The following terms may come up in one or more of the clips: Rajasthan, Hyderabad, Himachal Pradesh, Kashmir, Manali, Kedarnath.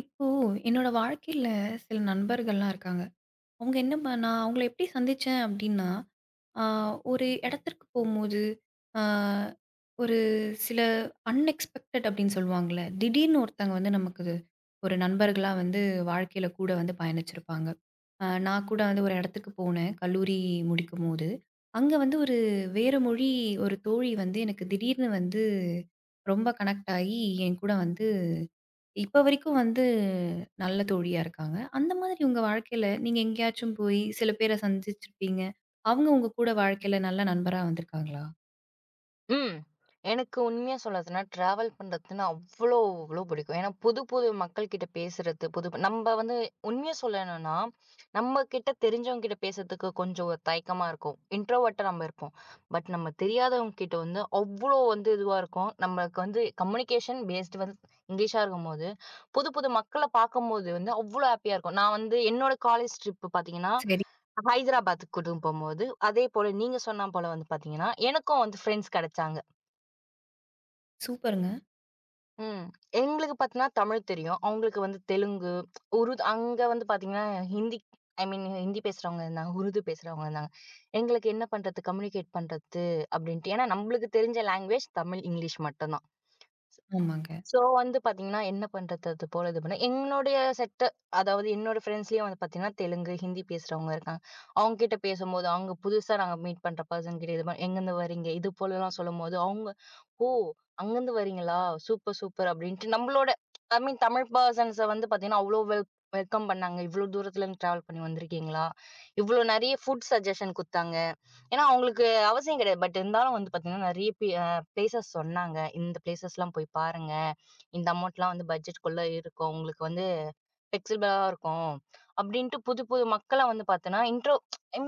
இப்போ என்னோட வாழ்க்கையில சில நண்பர்கள்லாம் இருக்காங்க. அவங்க என்ன நான் அவங்கள எப்படி சந்திச்சேன் அப்படின்னா, ஆ ஒரு இடத்திற்கு போம்போது, ஆ ஒரு சில அன்எக்ஸ்பெக்டட் அப்படின்னு சொல்லுவாங்கல்ல. திடீர்னு ஒருத்தங்க வந்து நமக்கு இது ஒரு நண்பர்களா வந்து வாழ்க்கையில கூட வந்து பயணிச்சிருப்பாங்க. நான் கூட வந்து ஒரு இடத்துக்கு போனேன். கல்லூரி முடிக்கும்போது. அங்க வந்து ஒரு வேற மொழி ஒரு தோழி வந்து எனக்கு திடீர்னு வந்து ரொம்ப கனெக்ட் ஆகி என் கூட வந்து இப்ப வரைக்கும் வந்து நல்ல தோழியா இருக்காங்க. அந்த மாதிரி உங்க வாழ்க்கையில நீங்க எங்கேயாச்சும் போய் சில பேர சந்திச்சிருப்பீங்க. அவங்க உங்க கூட வாழ்க்கையில நல்ல நண்பரா வந்திருக்காங்களா? ம். எனக்கு உண்மையா சொல்லதுன்னா, ட்ராவல் பண்றதுன்னா அவ்ளோ பிடிக்கும். ஏன்னா, புது புது மக்கள் கிட்ட பேசுறது, புது நம்ப வந்து உண்மையா சொல்லணும்னா, நம்ம கிட்ட தெரிஞ்சவங்க கிட்ட பேசுறதுக்கு கொஞ்சம் ஒரு தயக்கமா இருக்கும். இன்ட்ரோவர்ட்டா நம்ம இருப்போம். பட் நம்ம தெரியாதவங்க கிட்ட வந்து அவ்ளோ வந்து இதுவா இருக்கும். நம்மளுக்கு வந்து கம்யூனிகேஷன் பேஸ்டு வந்து இங்கிலீஷா இருக்கும்போது, புது புது மக்கள பார்க்கும்போது வந்து அவ்ளோ ஹாப்பியா இருக்கும். நான் வந்து என்னோட காலேஜ் ட்ரிப் பார்த்தீங்கன்னா, சரி. ஹைதராபாத்துக்கு கூட்டின்னு போம்போது, அதே போல நீங்க சொன்னா போல வந்து பார்த்தீங்கன்னா, எனக்கும் வந்து ஃப்ரெண்ட்ஸ் கிடைச்சாங்க. சூப்பருங்க. ம். எங்களுக்கு பார்த்தீங்கன்னா, தமிழ் தெரியும். அவங்களுக்கு வந்து தெலுங்கு, உருது அங்க வந்து பார்த்தீங்கன்னா, ஹிந்தி ஐ மீன் ஹிந்தி பேசுறவங்க இருந்தாங்க. உருது பேசுறவங்க இருந்தாங்க. எங்களுக்கு என்ன பண்றது? கம்யூனிகேட் பண்றது? அப்படின்ட்டு. ஏன்னா, நம்மளுக்கு தெரிஞ்ச லாங்குவேஜ் தமிழ், இங்கிலீஷ் மட்டும் தான். ஆமாங்க. சோ, வந்து பாத்தீங்கன்னா, என்ன பண்றது அது போல இது பண்ண என்னுடைய செட்டு அதாவது என்னோட ஃப்ரெண்ட்ஸ்லயும் வந்து பாத்தீங்கன்னா, தெலுங்கு, ஹிந்தி பேசுறவங்க இருக்காங்க. அவங்க கிட்ட பேசும்போது, அவங்க புதுசா நாங்க மீட் பண்ற பர்சன் கிட்ட இது மாரி எங்கருந்து வரீங்க? இது போலலாம் சொல்லும்போது, அவங்க "ஓ! அங்கருந்து வரீங்களா? சூப்பர், சூப்பர்" அப்படின்ட்டு நம்மளோட ஐ மீன் தமிழ் பெர்சன்ஸ வந்து பாத்தீங்கன்னா, அவ்ளோ வெல்கம் பண்ணாங்க. "இவ்ளோ தூரத்துலருந்து டிராவல் பண்ணி வந்திருக்கீங்களா?" இவ்ளோ நெறைய ஃபுட் சஜஷன் குடுத்தாங்க. ஏன்னா, அவங்களுக்கு அவசியம் கிடையாது. பட் இருந்தாலும் வந்து பார்த்தீங்கன்னா, நெறைய பி அ பிளேஸஸ் சொன்னாங்க. இந்த பிளேஸஸ்லாம் போய் பாருங்க. இந்த அமௌண்ட்லாம் வந்து பட்ஜெட்குள்ள இருக்கும். உங்களுக்கு வந்து ஃப்ளெக்சிபிளா இருக்கும். அப்படின்ட்டு புது, புது மக்கள வந்து பார்த்தோன்னா, இன்ட்ரோ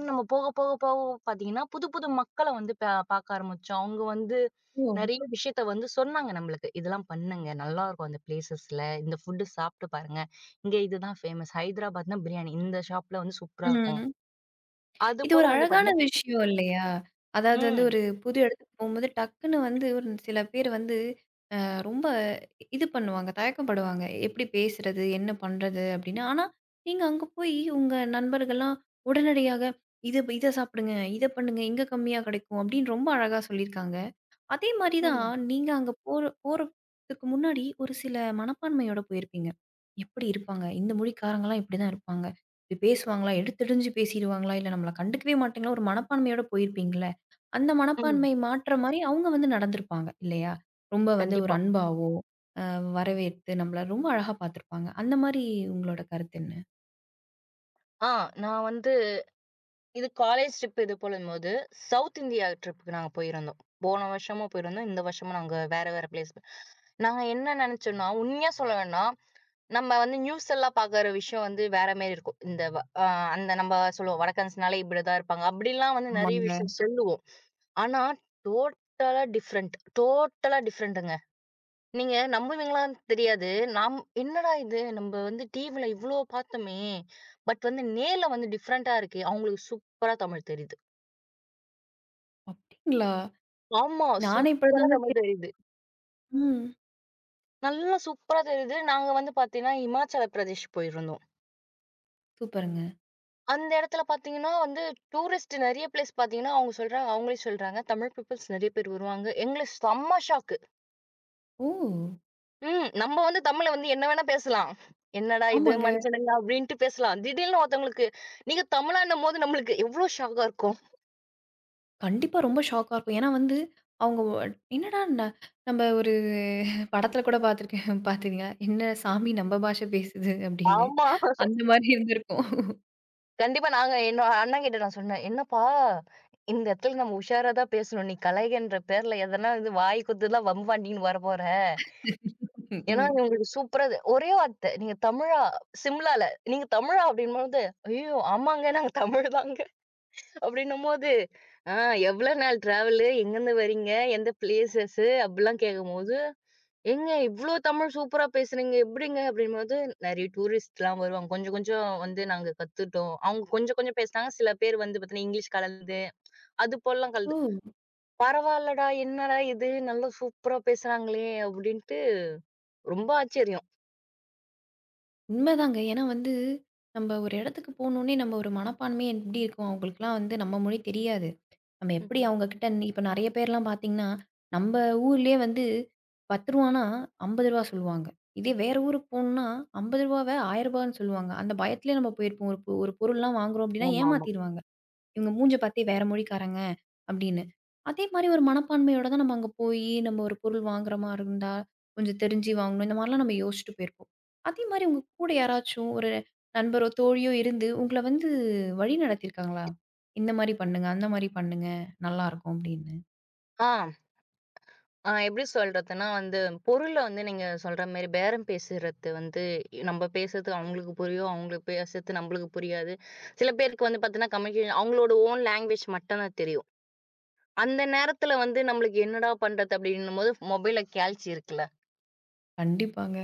நம்ம போக, போக, போக பார்த்தீங்கன்னா, புது, புது மக்கள வந்து பார்க்க ஆரம்பிச்சோம். அவங்க வந்து ஓ! நெறைய விஷயத்த வந்து சொன்னாங்க நம்மளுக்கு. இதெல்லாம் பண்ணுங்க. நல்லாருக்கும் அந்த பிளேஸஸ்ல. இந்த ஃபுட்டு சாப்பிட்டு பாருங்க. இங்க இதுதான் ஃபேமஸ். ஹைதராபாத்னா பிரியாணி. இந்த ஷாப்ல வந்து சூப்பரா இருக்கும். ம். இது ஒரு அதுபோல வந்து அழகான பார்த்தீங்கன்னா விஷயம் இல்லையா? அதாவது வந்து ம், ஒரு புது இடத்துக்கு போம்போது டக்குன்னு வந்து ஒரு சில பேர் வந்து ரொம்ப இது பண்ணுவாங்க. தயக்கப்படுவாங்க. எப்படி பேசுறது? என்ன பண்றது? அப்படின்னு. ஆனா, நீங்க அங்க போய் உங்க நண்பர்கள்லாம் உடனடியாக இத இத சாப்பிடுங்க, இத பண்ணுங்க, இங்க கம்மியா கிடைக்கும் அப்படின்னு ரொம்ப அழகா சொல்லியிருக்காங்க. அதே மாரி தான் ம், நீங்க அங்க போற போறதுக்கு முன்னாடி ஒரு சில மனப்பான்மையோட போயிருப்பீங்க. எப்படி இருப்பாங்க? இந்த மொழிக்காரங்கலாம் இப்படிதான் இருப்பாங்க. இப்படி பேசுவாங்களா? எடுத்தெறிஞ்சு பேசிருவாங்களா? இல்ல நம்மள கண்டுக்கவே மாட்டாங்களா? ஒரு மனப்பான்மையோட போயிருப்பீங்கல்ல. அந்த ம். மனப்பான்மை மாற்ற மாரி அவங்க வந்து நடந்திருப்பாங்க இல்லையா? ரொம்ப வந்து ஒரு கண்டிப்பா. அன்பாவோ, வரவேற்று நம்மள ரொம்ப அழகா பார்த்துருப்பாங்க. அந்த மாரி உங்களோட கருத்து என்ன? ஆ நான் வந்து இது காலேஜ் ட்ரிப் இது போலம்போது, சவுத் இந்தியா ட்ரிப்புக்கு நாங்க போயிருந்தோம். போன வருஷமும் போயிருந்தோம். இந்த வருஷமும் நாங்க வேற வேற பிளேஸ் நாங்க என்ன நெனச்சோம்னா, உண்மையா சொல்லணும்னா, நம்ம வந்து நியூஸ் எல்லாம் பாக்குற விஷயம் வந்து வேற மாரி இருக்கும். இந்த வ அ அந்த நம்ம சொல்லுவோம் வடக்கன்ஸ்னாலே இப்படிதான் இருப்பாங்க. அப்படிலாம் வந்து நெறைய ஆமாங்க. விஷயம் சொல்லுவோம். ஆனா, டோட்டலா டிஃபரெண்ட். டோட்டலா டிஃபரெண்ட்டுங்க. நீங்க நம்புவீங்களான்னு தெரியாது. நாம் என்னடா இது நம்ப வந்து டிவில இவ்ளோ பார்த்தோமே! பட் வந்து நேர்ல வந்து டிஃபரண்ட்டா இருக்கே! அவுங்களுக்கு சூப்பரா தமிழ் தெரியுது. அப்படிங்களா? ஆமா. நானே சூப்பரா இப்படிதாங்க தமிழ் தெரியுது. ம். நல்லா சூப்பரா தெரியுது. நாங்க வந்து பார்த்தீங்கன்னா, இமாச்சல பிரதேஷ் போயிருந்தோம். சூப்பருங்க. அந்த இடத்துல பார்த்தீங்கன்னா வந்து, டூரிஸ்ட் நெறைய பிளேஸ் பார்த்தீங்கன்னா, அவுங்க சொல்றாங்க அவுங்களே சொல்றாங்க, தமிழ் பீப்பிள்ஸ் நெறைய பேர் வருவாங்க. எங்களுக்கு செம்ம ஷாக்கு. ஓ! ம். நம்ம வந்து தமிழ்ல வந்து என்ன வேணா பேசலாம். "என்னடா இது ஆமாங்க. மனுஷனுங்க" அப்படின்ட்டு பேசலாம். திடீர்னு ஒருத்தவங்களுக்கு, நீங்க தமிழான்னும்போது நம்மளுக்கு எவ்ளோ ஷாக்கா இருக்கும். கண்டிப்பா ரொம்ப ஷாக்கா இருக்கும். ஏன்னா வந்து, அவங்க என்னடா நம்ம ஒரு படத்துல கூட பார்த்துருக்கேன் பார்த்துக்கங்க. "என்ன சாமி நம்ம பாஷை பேசுது" அப்படின்னு. ஆமா. அந்த மாரி இருந்திருக்கும். கண்டிப்பா நாங்க என்னோட அண்ணன்கிட்ட நான் சொன்னேன். "என்னப்பா, இந்த இடத்துல நம்ம உஷாரா தான் பேசணும். நீ கலைகன்ற பேர்ல எதனா இது வாய் குத்துலாம் வம்பாட்டின்னு வரப்போற. ஏன்னா ம். நீ உங்களுக்கு சூப்பரா இது" ஒரே வார்த்தை. "நீங்க தமிழா?" சிம்லால. "நீங்க தமிழா?" அப்படின்னும்போது, "ஐயய்யோ! ஆமாங்க நாங்க தமிழ் தாங்க." அப்படின்னும்போது, "ஆ எவ்வளோ நாள் ட்ராவலு? எங்கருந்து வரீங்க? எந்த பிளேசஸ்ஸு?" அப்படிலாம் கேட்கும்போது, "ஏங்க இவ்ளோ தமிழ் சூப்பரா பேசுறீங்க எப்படிங்க?" அப்படின்னும்போது, "நெறைய டூரிஸ்ட்லாம் வருவாங்க. கொஞ்சம் கொஞ்சம் வந்து நாங்க கத்துட்டோம். அவங்க கொஞ்சம் கொஞ்சம் பேசுனாங்க. சில பேர் வந்து பார்த்தீங்கன்னா, இங்கிலீஷ் கலந்து, அது போலலாம் கலந்து." ஓ! "பரவால்லடா! என்னடா இது நல்லா சூப்பரா பேசுறாங்களே!" அப்படின்ட்டு ரொம்ப ஆச்சரியம். உண்மைதாங்க. ஏன்னா வந்து, நம்ம ஒரு இடத்துக்கு போனோனே நம்ம ஒரு மனப்பான்மை எப்படி இருக்கும்? அவங்களுக்கெல்லாம் வந்து நம்ம மொழி தெரியாது. நம்ம எப்படி ம்ஹ்ம். அவங்ககிட்ட இப்ப நெறைய பேர்லாம் பார்த்தீங்கன்னா, நம்ம ஊர்லயே வந்து ரூ. 10னா ரூ. 50 சொல்லுவாங்க. இதே வேற ஊருக்கு போணும்னா ரூ. 50வ ரூ. 1000ன்னு சொல்லுவாங்க. அந்த பயத்திலேயே நம்ம போயிருப்போம். ஒரு பொருள்லாம் வாங்குறோம் அப்படின்னா ஆமாமா. ஏமாத்திருவாங்க. இவங்க மூஞ்ச பாத்தே வேற மொழிக்காரங்க அப்படின்னு. அதே மாரி ஒரு மனப்பான்மையோட தான் நம்ம அங்க போயி, நம்ம ஒரு பொருள் வாங்குற மாரி இருந்தா, கொஞ்சம் தெரிஞ்சு வாங்கணும். இந்த மாரிலாம் நம்ம யோசிச்சுட்டு போயிருப்போம். அதே மாரி உங்க கூட யாராச்சும் ஒரு நண்பரோ, தோழியோ இருந்து உங்கள வந்து வழி நடத்தியிருக்காங்களா? இந்த மாரி பண்ணுங்க, அந்த மாரி பண்ணுங்க. நல்லாருக்கும் அப்படின்னு. ஆ. எப்படி சொல்றதுன்னா வந்து, பொருள வந்து நீங்க சொல்ற மாரி பேரம் பேசுறது வந்து நம்ம பேசுறது அவங்களுக்கு புரியும். அவங்களுக்கு பேசுறது நம்மளுக்கு புரியாது. சில பேருக்கு வந்து பார்த்தீங்கன்னா, கம்யூனிகேஷன் அவங்களோட ஓன் லாங்குவேஜ் மட்டும் தான் தெரியும். அந்த நேரத்துல வந்து நம்மளுக்கு என்னடா பண்றது அப்படின்னும்போது மொபைல்ல கேல்சி இருக்குல்ல, கண்டிப்பாங்க.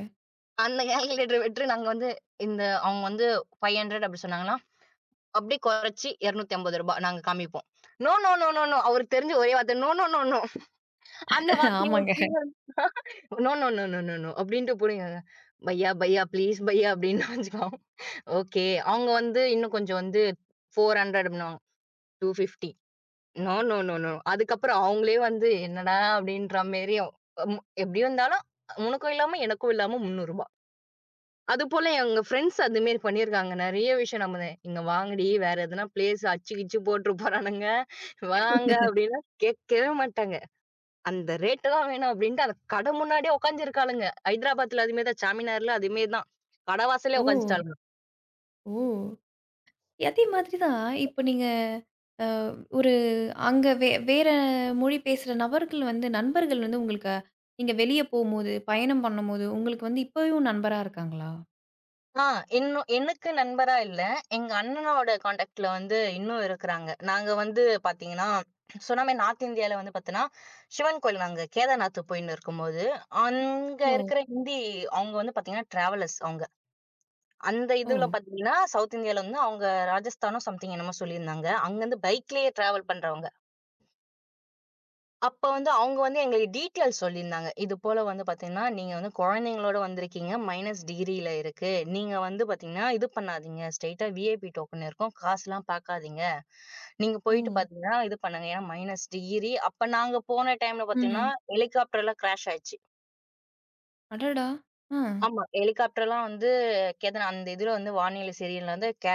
அந்த கால்குலேட்டர் விட்டு நாங்க வந்து இந்த அவங்க வந்து $500 அப்படி சொன்னாங்கன்னா, அப்படியே குறைச்சு ரூ. 250 நாங்க காமிப்போம். No, no, no, no, no அவருக்கு தெரிஞ்ச ஒரே வார்த்தை நோ, நோ, நோ, நோ அந்த வார்த்தைய ஆமாங்க. வச்சு no, no, no, no, no, no அப்படின்ட்டு புடிங்கங்க. "பையா, பையா ப்ளீஸ் பையா" அப்படின்னு வச்சுக்குவோம். ஓகே. அவங்க வந்து இன்னும் கொஞ்சம் வந்து 400 அப்படின்னுவாங்க. 250 நோ, நோ, நோ, நோ. அதுக்கப்புறம் அவங்களே வந்து என்னடா அப்படின்ற மாரி ம் எப்படி இருந்தாலும் உனக்கும் இல்லாம, எனக்கும் இல்லாம ரூ. 300 அதுபோல எங்க ஃப்ரெண்ட்ஸ் அது மாரி பண்ணியிருக்காங்க. நெறைய விஷயம் நம்ம "இங்க வாங்கடி வேற எதனா பிளேஸ் அச்சு கிச்சு போட்டுற போறானுங்க. வாங்க" அப்படின்னா கேட்கவே மாட்டாங்க. அந்த ரேட்டெல்லாம் வேணாம் அப்டின்ட்டு, அந்த கட முன்னாடியே உட்கார்ந்திருக்காளுங்க. ஹைதராபாத்ல அதுமாரி தான். சாமினார்ல அதுமாரி தான். கடை வாசல்லயே ஓ! உட்காந்துட்டாளுங்க. ஓ! அதே மாதிரி தான் இப்ப நீங்க அ ஒரு அங்க வேற மொழி பேசுற நபர்கள் வந்து நண்பர்கள் வந்து உங்களுக்கு நீங்க வெளிய போம்போது, பயணம் பண்ணும்போது, உங்களுக்கு வந்து இப்பவும் நண்பரா இருக்காங்களா? ஆ இன்னும் எனக்கு நண்பரா இல்ல. எங்க அண்ணனோட கான்டாக்ட்ல வந்து இன்னும் இருக்குறாங்க. நாங்க வந்து பாத்தீங்கன்னா, சொன்ன மாரி நார்த் இந்தியால வந்து பாத்தன்னா, சிவன் கோயில் நாங்க கேதார்நாத் போயின்னு இருக்கும்போது, அங்க ஓ! இருக்கிற ஹிந்தி அவுங்க வந்து பாத்தீங்கன்னா டிராவலர்ஸ் அவுங்க. அந்த ஓ! இதுல பாத்தீங்கன்னா, சவுத் இந்தியால வந்து அவுங்க ராஜஸ்தானோ சம்திங் என்னமோ சொல்லியிருந்தாங்க. அங்கருந்து பைக்லயே டிராவல் பண்றவங்க. அப்ப வந்து அவங்க வந்து எங்களுக்கு டீட்டெயில்ஸ் சொல்லியிருந்தாங்க. இது போல வந்து பார்த்தீங்கன்னா, நீங்க வந்து குழந்தைங்களோட வந்திருக்கீங்க. மைனஸ் டிகிரில இருக்கு. நீங்க வந்து பார்த்தீங்கன்னா, இது பண்ணாதீங்க. ஸ்ட்ரெய்ட்டா விஐபி டோக்கன் இருக்கும். காசுலாம் பார்க்காதீங்க. நீங்க போயிட்டு ம். பார்த்தீங்கன்னா, இது பண்ணுங்க. ஏன்னா மைனஸ் டிகிரி. அப்ப நாங்க போன டைம்ல பார்த்தீங்கன்னா, ம். ஹெலிகாப்டர்லாம் கிராஷ் ஆயிடுச்சு. அடடா! ஆ. ஆமா. ஹெலிகாப்டர்லாம் வந்து கேதன அந்த இதுல வந்து வானிலை சீரியல்ல வந்து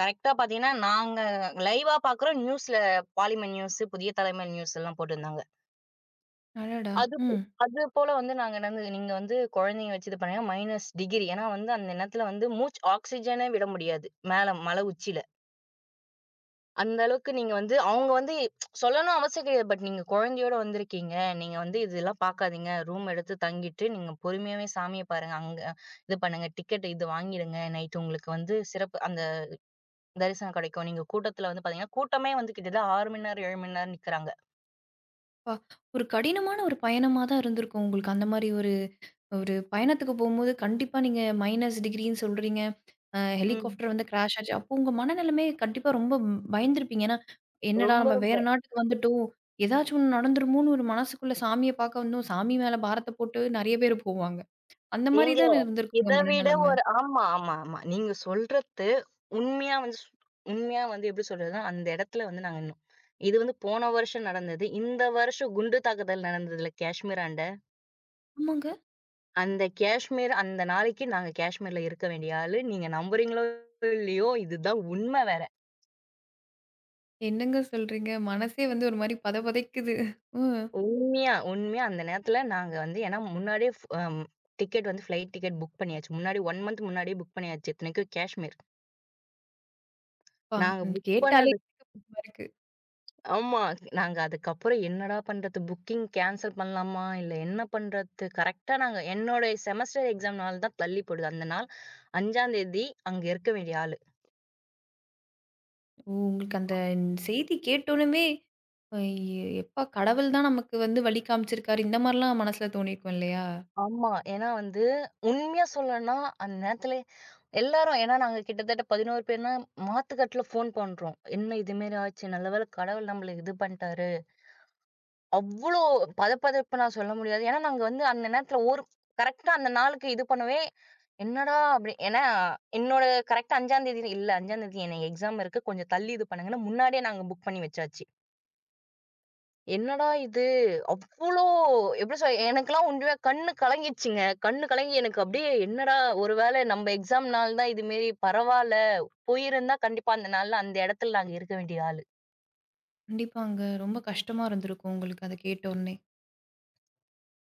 கரெக்ட்டா பார்த்தீங்கன்னா, நாங்க லைவா பார்க்குறோம். நியூஸ்ல பாலிமர் நியூஸ், புதிய தலைமை நியூஸ் எல்லாம் போட்டிருந்தாங்க. அடடா! அது போ ம். அது போல வந்து நாங்க என்னது நீங்க வந்து குழந்தைங்க வச்சு இது பண்ணீங்கன்னா மைனஸ் டிகிரி. ஏன்னா வந்து அந்த நேரத்துல வந்து மூச்சு ஆக்ஸிஜனே விட முடியாது. மேல மலை உச்சியில. அந்த அளவுக்கு நீங்க வந்து அவங்க வந்து சொல்லணும் அவசியம் கிடையாது. பட் நீங்க குழந்தையோட வந்திருக்கீங்க. நீங்க வந்து இதெல்லாம் பார்க்காதீங்க. ரூம் எடுத்து தங்கிட்டு நீங்க பொறுமையாவே சாமிய பாருங்க. அங்க இது பண்ணுங்க. டிக்கெட் இது வாங்கிடுங்க. நைட் உங்களுக்கு வந்து சிறப்பு அந்த தரிசனம் கிடைக்கும். நீங்க கூட்டத்துல வந்து பார்த்தீங்கன்னா, கூட்டமே வந்து கிட்டத்தட்ட 6 மணி நேரம், 7 மணி நேரம் நிக்கிறாங்க. அப்பா! ஒரு கடினமான ஒரு பயணமா தான் இருந்திருக்கும் உங்களுக்கு. அந்த மாரி ஒரு ஒரு பயணத்துக்கு போம்போது கண்டிப்பா நீங்க மைனஸ் டிகிரின்னு சொல்றீங்க. ம். ஹெலிகாப்டர் வந்து கிராஷ் ஆச்சு. அப்போ உங்க மனநிலைமை கண்டிப்பா ரொம்ப பயந்திருப்பீங்க. ஏன்னா, "என்னடா ரொம்ப நம்ம ரொம்ப வேற நாட்டுக்கு வந்துட்டோம். ஏதாச்சும் ஒண்ணு நடந்துருமோன்னு" ஒரு மனசுக்குள்ள சாமிய பார்க்க வந்தோம். சாமி மேல பாரத்த போட்டு நெறைய பேர் போவாங்க. அந்த மாரி எங்க தான இருந்திருக்கும் இத உங்க விட மனநிலைமை? ஒரு ஆமா, ஆமா, ஆமா. நீங்க சொல்றது உண்மையா வந்து உண்மையா வந்து எப்படி சொல்றதுன்னா, அந்த இடத்துல வந்து நாங்க நின்னோம். இது வந்து போன வருஷம் நடந்தது. இந்த வருஷம் குண்டு தாக்குதல் நடந்ததுல காஷ்மீராண்ட, ஆமாங்க. அந்த காஷ்மீர் அந்த நாளைக்கு நாங்க காஷ்மீர்ல இருக்க வேண்டிய ஆளு. நீங்க நம்புறீங்களோ இல்லையோ, இதுதான் உண்மை வேற. என்னங்க சொல்றீங்க? மனசே வந்து ஒரு மாரி பதபதைக்குது. ம். உண்மையா, உண்மையா அந்த நேரத்துல நாங்க வந்து ஏன்னா முன்னாடியே ஃப் அம் டிக்கெட் வந்து ஃப்ளைட் டிக்கெட் புக் பண்ணியாச்சு. முன்னாடி 1 மந்த் முன்னாடியே புக் பண்ணியாச்சு. இத்தனைக்கும் காஷ்மீர். அப்பா! நாங்க புக் கேட்டாலே பண்ணது பயமா இருக்கு. ஆமா. நாங்க அதுக்கப்புறம் என்னடா பண்றது? புக்கிங் கேன்சல் பண்ணலாமா? இல்ல என்ன பண்றது? கரெக்ட்டா நாங்க என்னோடைய செமஸ்டர் எக்ஸாம் நாள் தான் தள்ளிப்போடுது. அந்த நாள் 5ஆம் தேதி அங்க இருக்க வேண்டிய ஆளு. ஓ! உங்களுக்கு அந்த செய்தி கேட்டோனமே, அ எப்பா கடவுள் தான் நமக்கு வந்து வழி காமிச்சிருக்காரு. இந்த மாரிலாம் மனசுல தோணியிருக்கும் இல்லையா? ஆமா. ஏன்னா வந்து உண்மையா சொல்லணும்னா, அந்த நேரத்துல எல்லாரும் ஏன்னா நாங்க கிட்டத்தட்ட 11 பேர்னா மாத்துக்கட்டுல ஃபோன் பண்றோம். "என்ன இதுமாரி ஆச்சு? நல்ல வேள கடவுள் நம்மள இது பண்ணிட்டாரு." அவ்ளோ பதபதப்பு நான் சொல்ல முடியாது. ஏன்னா, நாங்க வந்து அந்த நேரத்துல ஒரு கரெக்ட்டா அந்த நாளுக்கு இது பண்ணவே, என்னடா! அப்படி ஏன்னா என்னோட கரெக்ட்டா 5ஆம் தேதி இல்ல 5ஆம் தேதி எனக்கு எக்ஸாம் இருக்கு. கொஞ்சம் தள்ளி இது பண்ணுங்கன்னு முன்னாடியே நாங்க புக் பண்ணி வச்சாச்சு. என்னடா இது! அவ்ளோ எப்படி சொல் எனக்கெல்லாம் உண்மையா கண்ணு கலங்கிடுச்சுங்க. கண்ணு கலங்கி எனக்கு அப்படியே என்னடா! ஒரு வேளை நம்ம எக்ஸாம் நாள் தான் இதுமாரி பரவால்ல. போயிருந்தா கண்டிப்பா அந்த நாள்ல அந்த இடத்துல நாங்க இருக்க வேண்டிய ஆளு. கண்டிப்பாங்க. ரொம்ப கஷ்டமா இருந்திருக்கும் உங்களுக்கு அத கேட்டோனே.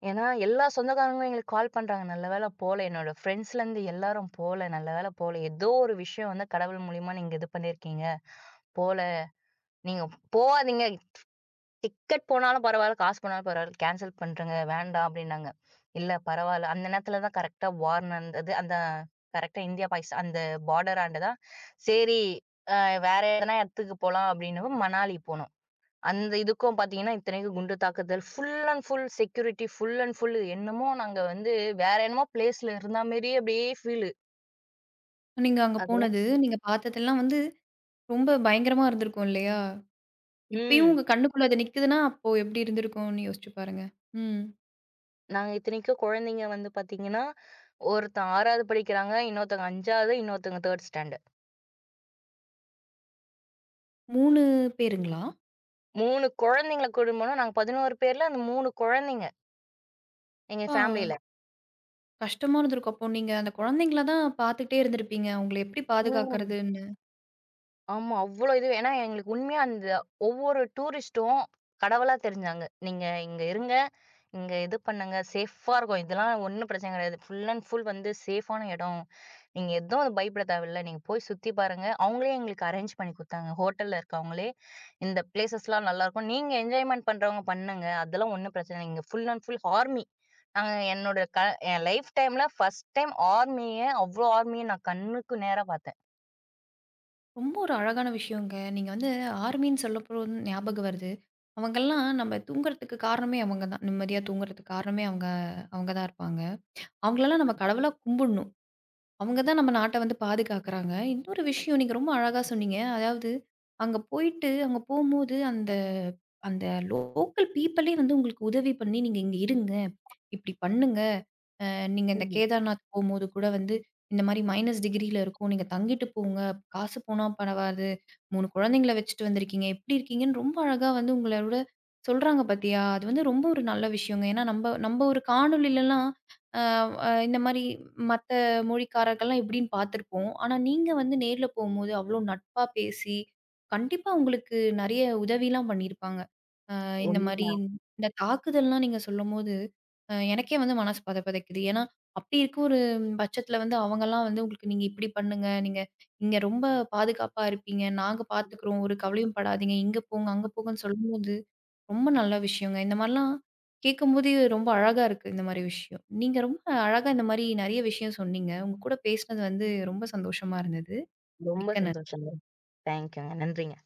ஏன்னா, எல்லா சொந்தக்காரங்களும் எங்களுக்கு கால் பண்றாங்க. நல்ல வேள போல. என்னோட ஃப்ரெண்ட்ஸ்லருந்து எல்லாரும் போல. நல்ல வேள போல. ஏதோ ஒரு விஷயம் வந்து கடவுள் மூலியமா நீங்க இது பண்ணியிருக்கீங்க. போல. நீங்க போகாதீங்க. டிக்கெட் போனாலும் பரவால்ல, காசு போனாலும் பரவால்ல. கேன்சல் பண்றேங்க. வேண்டாம் அப்டின்னாங்க. இல்ல பரவால்ல. அந்த நேரத்துல தான் கரெக்ட்டா வார் நடந்தது. அந்த கரெக்ட்டா இந்தியா, பாகிஸ்தான் அந்த பார்டராண்ட தான். சரி, அ வேற எதனா இடத்துக்கு போலாம் அப்டின்னவும் மணாலி போனோம். அந்த இதுக்கும் பாத்தீங்கன்னா, இத்தனைக்கும் குண்டு தாக்குதல். Full and full security, full and full என்னமோ நாங்க வந்து வேற என்னமோ பிளேஸ்ல இருந்த மாரியே அப்படியே ஃபீலு. நீங்க அங்க அதெல்லாம் போனது, நீங்க பார்த்ததெல்லாம் வந்து ரொம்ப பயங்கரமா இருந்திருக்கும் இல்லையா? இப்பயும் ம். உங்க கண்ணுக்குள்ள அது நிக்குதுன்னா, அப்போ எப்டி இருந்திருக்கும்னு யோசிச்சு பாருங்க. ம். நாங்க இத்தனைக்கும் குழந்தைங்க வந்து பாத்தீங்கன்னா, ஒருத்தன் 6வது படிக்கிறாங்க, இன்னொருத்தங்க 5வது, இன்னொருத்தங்க 3ர்ட் ஸ்டாண்டர்ட். 3 பேருங்களா? 3 குழந்தைங்கள கூட்டின்னு போனோம். நாங்க 11 பேர்ல அந்த 3 குழந்தைங்க எங்க அப்பா! ஃபேமிலில. கஷ்டமா இருந்திருக்கும். அப்போ நீங்க அந்த குழந்தைங்கள தான் பார்த்துக்கிட்டே இருந்திருப்பீங்க. அவங்கள எப்டி ம். பாதுகாக்கிறதுன்னு? ஆமா. அவ்ளோ இது ஏன்னா எங்களுக்கு உண்மையா அந்த ஒவ்வொரு டூரிஸ்ட்டும் கடவுளா தெரிஞ்சாங்க. "நீங்க இங்க இருங்க. இங்க இது பண்ணுங்க. சேஃபா இருக்கும். இதெல்லாம் ஒண்ணும் பிரச்சனை கிடையாது. ஃபுல் அண்ட் ஃபுல் வந்து சேஃபான இடம். நீங்க எதுவும் அது பயப்பட தேவையில்ல. நீங்க போய் சுத்தி பாருங்க." அவங்களே எங்களுக்கு அரேஞ்ச் பண்ணி குடுத்தாங்க. ஹோட்டல்ல இருக்கவங்களே, "இந்த பிளேஸஸ்லாம் நல்லாயிருக்கும். நீங்க என்ஜாய்மென்ட் பண்றவங்க பண்ணுங்க. அதெல்லாம் ஒண்ணும் பிரச்சனை இல்ல. இங்க ஃபுல் அண்ட் ஃபுல் ஆர்மி." நாங்க என்னோட என் லைஃப் டைம்ல ஃபர்ஸ்ட் டைம் ஆர்மிய அவ்ளோ ஆர்மிய நான் கண்ணுக்கு நேரா பார்த்தேன். ரொம்ப ஒரு அழகான விஷயங்க. நீங்க வந்து ஆர்மின்னு சொல்லப்போ ஞாபகம் வருது. அவங்கலாம் நம்ம தூங்குறதுக்கு காரணமே அவங்க தான். நிம்மதியா தூங்குறதுக்கு காரணமே அவங்க அவங்க தான் இருப்பாங்க. அவங்களலாம் நம்ம கடவுளா கும்பிடணும். அவங்க தான் நம்ம நாட்ட வந்து பாதுகாக்குறாங்க. இன்னொரு விஷயம் நீங்க ரொம்ப அழகா சொன்னீங்க. அதாவது அங்க போயிட்டு அங்க போம்போது அந்த அந்த லோக்கல் பீப்பிளே வந்து உங்களுக்கு உதவி பண்ணி, "நீங்க இங்க இருங்க. இப்டி பண்ணுங்க. அ நீங்க இந்த கேதார்நாத் போம்போது கூட வந்து இந்த மாரி மைனஸ் டிகிரில இருக்கும். நீங்க தங்கிட்டு போங்க. காசு போனா பரவாது. 3 குழந்தைங்கள வச்சுட்டு வந்திருக்கீங்க. எப்டி இருக்கீங்கன்னு?" ரொம்ப அழகா வந்து உங்களோட சொல்றாங்க பாத்தியா? அது வந்து ரொம்ப ஒரு நல்ல விஷயங்க. ஏன்னா நம்ப நம்ப ஒரு காணொளிலலாம் அ அ இந்த மாரி மத்த மொழிக்காரர்கள்லாம் எப்படின்னு பார்த்துருப்போம். ஆனா, நீங்க வந்து நேர்ல போம்போது அவ்வளோ நட்பா பேசி, கண்டிப்பா உங்களுக்கு நெறைய உதவிலாம் பண்ணியிருப்பாங்க. இந்த மாரி இந்த தாக்குதல்லாம் நீங்க சொல்லும்போது, எனக்கே வந்து மனசு பத பதைக்குது. ஏன்னா, அப்படி இருக்க ஒரு பட்சத்தில வந்து அவங்கலாம் வந்து உங்களுக்கு நீங்க இப்படி பண்ணுங்க, நீங்க இங்க ரொம்ப பாதுகாப்பா இருப்பீங்க, நாங்க பார்த்துக்கிறோம், ஒரு கவலையும் படாதீங்க, இங்க போங்க, அங்க போங்கன்னு சொல்லும்போது, ரொம்ப நல்ல விஷயங்க. இந்த மாரிலாம் கேட்கும்போதே ரொம்ப அழகா இருக்கு இந்த மாரி விஷயம். நீங்க ரொம்ப அழகா இந்த மாரி நெறைய விஷயம் சொன்னீங்க. உங்க கூட பேசினது வந்து ரொம்ப சந்தோஷமா இருந்தது. ரொம்ப மிக்க நன்றி. சந்தோஷங்க. தேங்க்யூங்க. நன்றிங்க.